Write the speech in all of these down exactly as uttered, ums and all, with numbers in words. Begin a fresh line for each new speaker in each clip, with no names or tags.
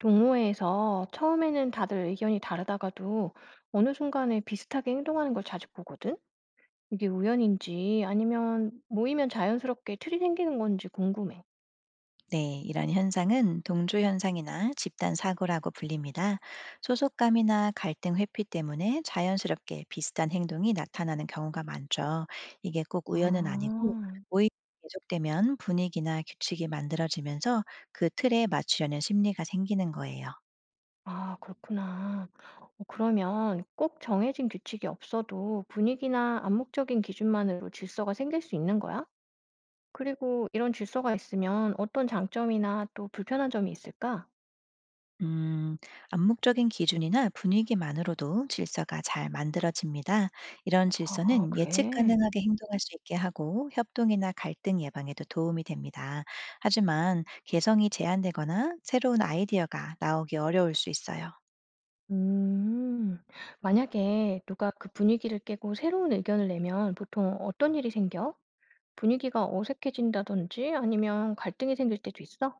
동호회에서 처음에는 다들 의견이 다르다가도 어느 순간에 비슷하게 행동하는 걸 자주 보거든? 이게 우연인지 아니면 모이면 자연스럽게 틀이 생기는 건지 궁금해.
네, 이런 현상은 동조 현상이나 집단 사고라고 불립니다. 소속감이나 갈등 회피 때문에 자연스럽게 비슷한 행동이 나타나는 경우가 많죠. 이게 꼭 우연은 아니고
아,
오히려 계속되면 분위기나 규칙이 만들어지면서 그 틀에 맞추려는 심리가 생기는 거예요.
아, 그렇구나. 어, 그러면 꼭 정해진 규칙이 없어도 분위기나 암묵적인 기준만으로 질서가 생길 수 있는 거야? 그리고 이런 질서가 있으면 어떤 장점이나 또 불편한 점이 있을까?
음, 암묵적인 기준이나 분위기만으로도 질서가 잘 만들어집니다. 이런
아,
질서는 예측
그래.
가능하게 행동할 수 있게 하고 협동이나 갈등 예방에도 도움이 됩니다. 하지만 개성이 제한되거나 새로운 아이디어가 나오기 어려울 수 있어요.
음. 만약에 누가 그 분위기를 깨고 새로운 의견을 내면 보통 어떤 일이 생겨? 분위기가 어색해진다든지 아니면 갈등이 생길 때도 있어?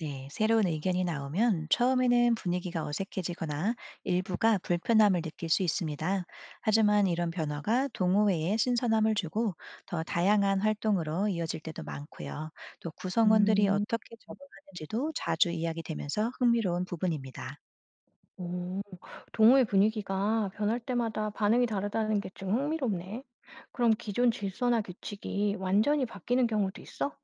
네, 새로운 의견이 나오면 처음에는 분위기가 어색해지거나 일부가 불편함을 느낄 수 있습니다. 하지만 이런 변화가 동호회에 신선함을 주고 더 다양한 활동으로 이어질 때도 많고요. 또 구성원들이
음.
어떻게 적응하는지도 자주 이야기되면서 흥미로운 부분입니다.
오. 동호회 분위기가 변할 때마다 반응이 다르다는 게 좀 흥미롭네. 그럼 기존 질서나 규칙이 완전히 바뀌는 경우도 있어?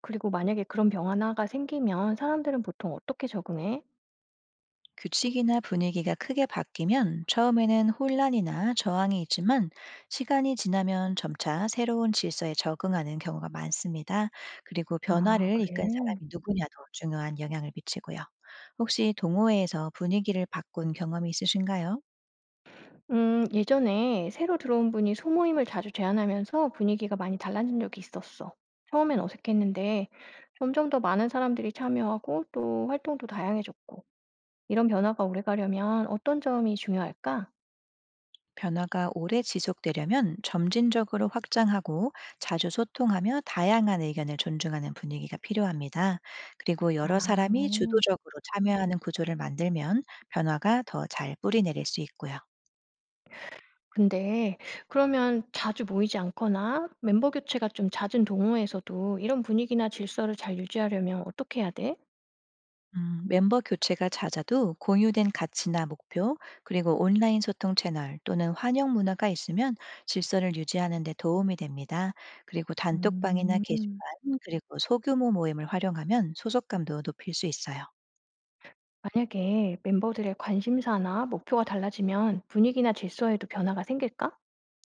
그리고 만약에 그런 변화가 생기면 사람들은 보통 어떻게 적응해?
규칙이나 분위기가 크게 바뀌면 처음에는 혼란이나 저항이 있지만 시간이 지나면 점차 새로운 질서에 적응하는 경우가 많습니다. 그리고
아,
변화를 이끈
그래.
사람이 누구냐도 중요한 영향을 미치고요. 혹시 동호회에서 분위기를 바꾼 경험이 있으신가요?
음, 예전에 새로 들어온 분이 소모임을 자주 제안하면서 분위기가 많이 달라진 적이 있었어. 처음엔 어색했는데 점점 더 많은 사람들이 참여하고 또 활동도 다양해졌고 이런 변화가 오래 가려면 어떤 점이 중요할까?
변화가 오래 지속되려면 점진적으로 확장하고 자주 소통하며 다양한 의견을 존중하는 분위기가 필요합니다. 그리고 여러
아,
사람이 주도적으로 참여하는 구조를 만들면 변화가 더 잘 뿌리내릴 수 있고요.
근데 그러면 자주 모이지 않거나 멤버 교체가 좀 잦은 동호회에서도 이런 분위기나 질서를 잘 유지하려면 어떻게 해야 돼?
음, 멤버 교체가 잦아도 공유된 가치나 목표, 그리고 온라인 소통 채널 또는 환영 문화가 있으면 질서를 유지하는 데 도움이 됩니다. 그리고 단톡방이나
음.
게시판, 그리고 소규모 모임을 활용하면 소속감도 높일 수 있어요.
만약에 멤버들의 관심사나 목표가 달라지면 분위기나 질서에도 변화가 생길까?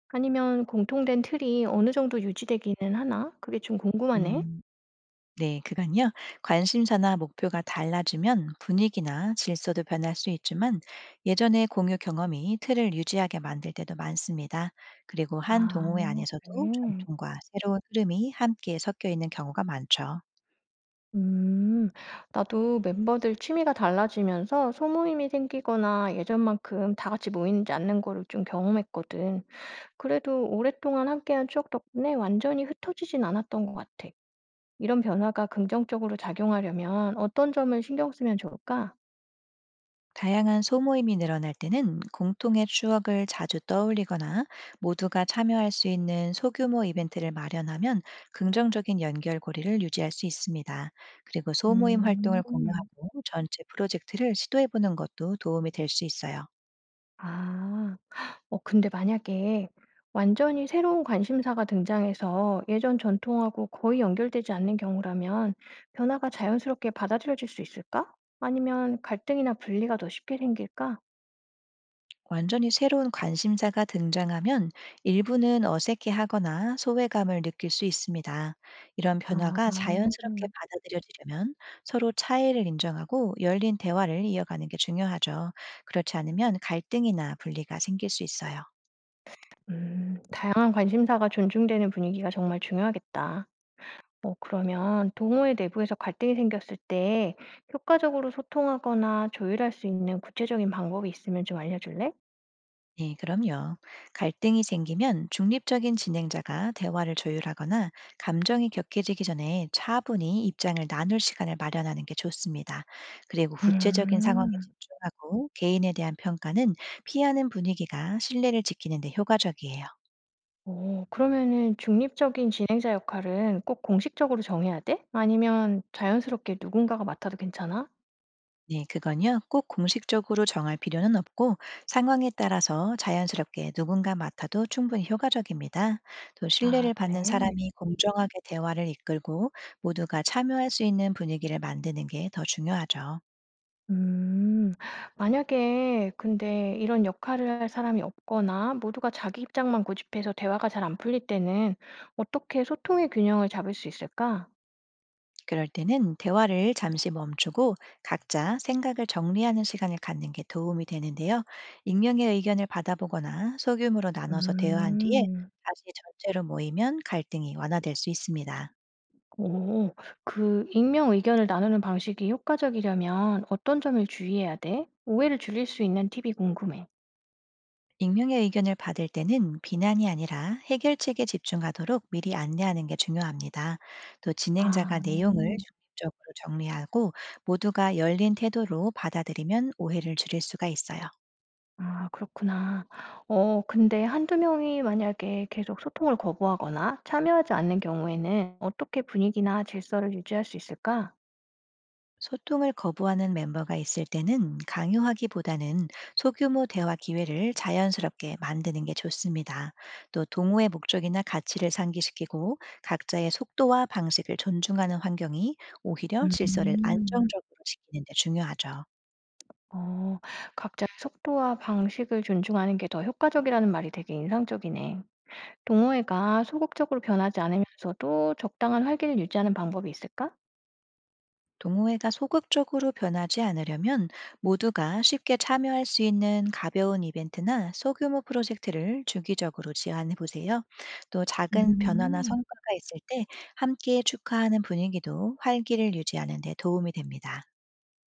아니면 공통된 틀이 어느 정도 유지되기는 하나? 그게 좀 궁금하네.
음, 네, 그건요. 관심사나 목표가 달라지면 분위기나 질서도 변할 수 있지만 예전의 공유 경험이 틀을 유지하게 만들 때도 많습니다. 그리고 한
아,
동호회 안에서도
그래.
전통과 새로운 흐름이 함께 섞여 있는 경우가 많죠.
음, 나도 멤버들 취미가 달라지면서 소모임이 생기거나 예전만큼 다 같이 모이지 않는 거를 좀 경험했거든. 그래도 오랫동안 함께한 추억 덕분에 완전히 흩어지진 않았던 것 같아. 이런 변화가 긍정적으로 작용하려면 어떤 점을 신경 쓰면 좋을까?
다양한 소모임이 늘어날 때는 공통의 추억을 자주 떠올리거나 모두가 참여할 수 있는 소규모 이벤트를 마련하면 긍정적인 연결고리를 유지할 수 있습니다. 그리고 소모임 활동을
음.
공유하고 전체 프로젝트를 시도해보는 것도 도움이 될 수 있어요.
아. 어 근데 만약에 완전히 새로운 관심사가 등장해서 예전 전통하고 거의 연결되지 않는 경우라면 변화가 자연스럽게 받아들여질 수 있을까? 아니면 갈등이나 분리가 더 쉽게 생길까?
완전히 새로운 관심사가 등장하면 일부는 어색해하거나 소외감을 느낄 수 있습니다. 이런
아.
변화가 자연스럽게 받아들여지려면 서로 차이를 인정하고 열린 대화를 이어가는 게 중요하죠. 그렇지 않으면 갈등이나 분리가 생길 수 있어요.
음. 다양한 관심사가 존중되는 분위기가 정말 중요하겠다. 어 그러면 동호회 내부에서 갈등이 생겼을 때 효과적으로 소통하거나 조율할 수 있는 구체적인 방법이 있으면 좀 알려줄래?
네, 그럼요. 갈등이 생기면 중립적인 진행자가 대화를 조율하거나 감정이 격해지기 전에 차분히 입장을 나눌 시간을 마련하는 게 좋습니다. 그리고 구체적인 상황에
음.
집중하고 개인에 대한 평가는 피하는 분위기가 신뢰를 지키는 데 효과적이에요.
오, 그러면은 중립적인 진행자 역할은 꼭 공식적으로 정해야 돼? 아니면 자연스럽게 누군가가 맡아도 괜찮아?
네, 그건요. 꼭 공식적으로 정할 필요는 없고 상황에 따라서 자연스럽게 누군가 맡아도 충분히 효과적입니다. 또
아
신뢰를 받는
그래?
사람이 공정하게 대화를 이끌고 모두가 참여할 수 있는 분위기를 만드는 게 더 중요하죠.
음. 만약에 근데 이런 역할을 할 사람이 없거나 모두가 자기 입장만 고집해서 대화가 잘 안 풀릴 때는 어떻게 소통의 균형을 잡을 수 있을까?
그럴 때는 대화를 잠시 멈추고 각자 생각을 정리하는 시간을 갖는 게 도움이 되는데요. 익명의 의견을 받아보거나 소규모로 나눠서 대화한 뒤에
음.
다시 전체로 모이면 갈등이 완화될 수 있습니다.
오. 그 익명 의견을 나누는 방식이 효과적이려면 어떤 점을 주의해야 돼? 오해를 줄일 수 있는 팁이 궁금해.
익명의 의견을 받을 때는 비난이 아니라 해결책에 집중하도록 미리 안내하는 게 중요합니다. 또 진행자가
아.
내용을 중립적으로 정리하고 모두가 열린 태도로 받아들이면 오해를 줄일 수가 있어요.
아 그렇구나. 어 근데 한두 명이 만약에 계속 소통을 거부하거나 참여하지 않는 경우에는 어떻게 분위기나 질서를 유지할 수 있을까?
소통을 거부하는 멤버가 있을 때는 강요하기보다는 소규모 대화 기회를 자연스럽게 만드는 게 좋습니다. 또 동호회 목적이나 가치를 상기시키고 각자의 속도와 방식을 존중하는 환경이 오히려 질서를
음.
안정적으로 지키는 데 중요하죠.
어. 각자의 속도와 방식을 존중하는 게 더 효과적이라는 말이 되게 인상적이네. 동호회가 소극적으로 변하지 않으면서도 적당한 활기를 유지하는 방법이 있을까?
동호회가 소극적으로 변하지 않으려면 모두가 쉽게 참여할 수 있는 가벼운 이벤트나 소규모 프로젝트를 주기적으로 제안해 보세요. 또 작은 변화나
음.
성과가 있을 때 함께 축하하는 분위기도 활기를 유지하는 데 도움이 됩니다.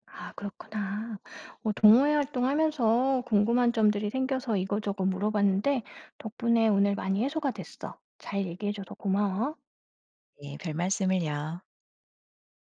아 그렇구나. 어 동호회 활동하면서 궁금한 점들이 생겨서 이거저거 물어봤는데 덕분에 오늘 많이 해소가 됐어. 잘 얘기해 줘서 고마워.
예, 별 말씀을요.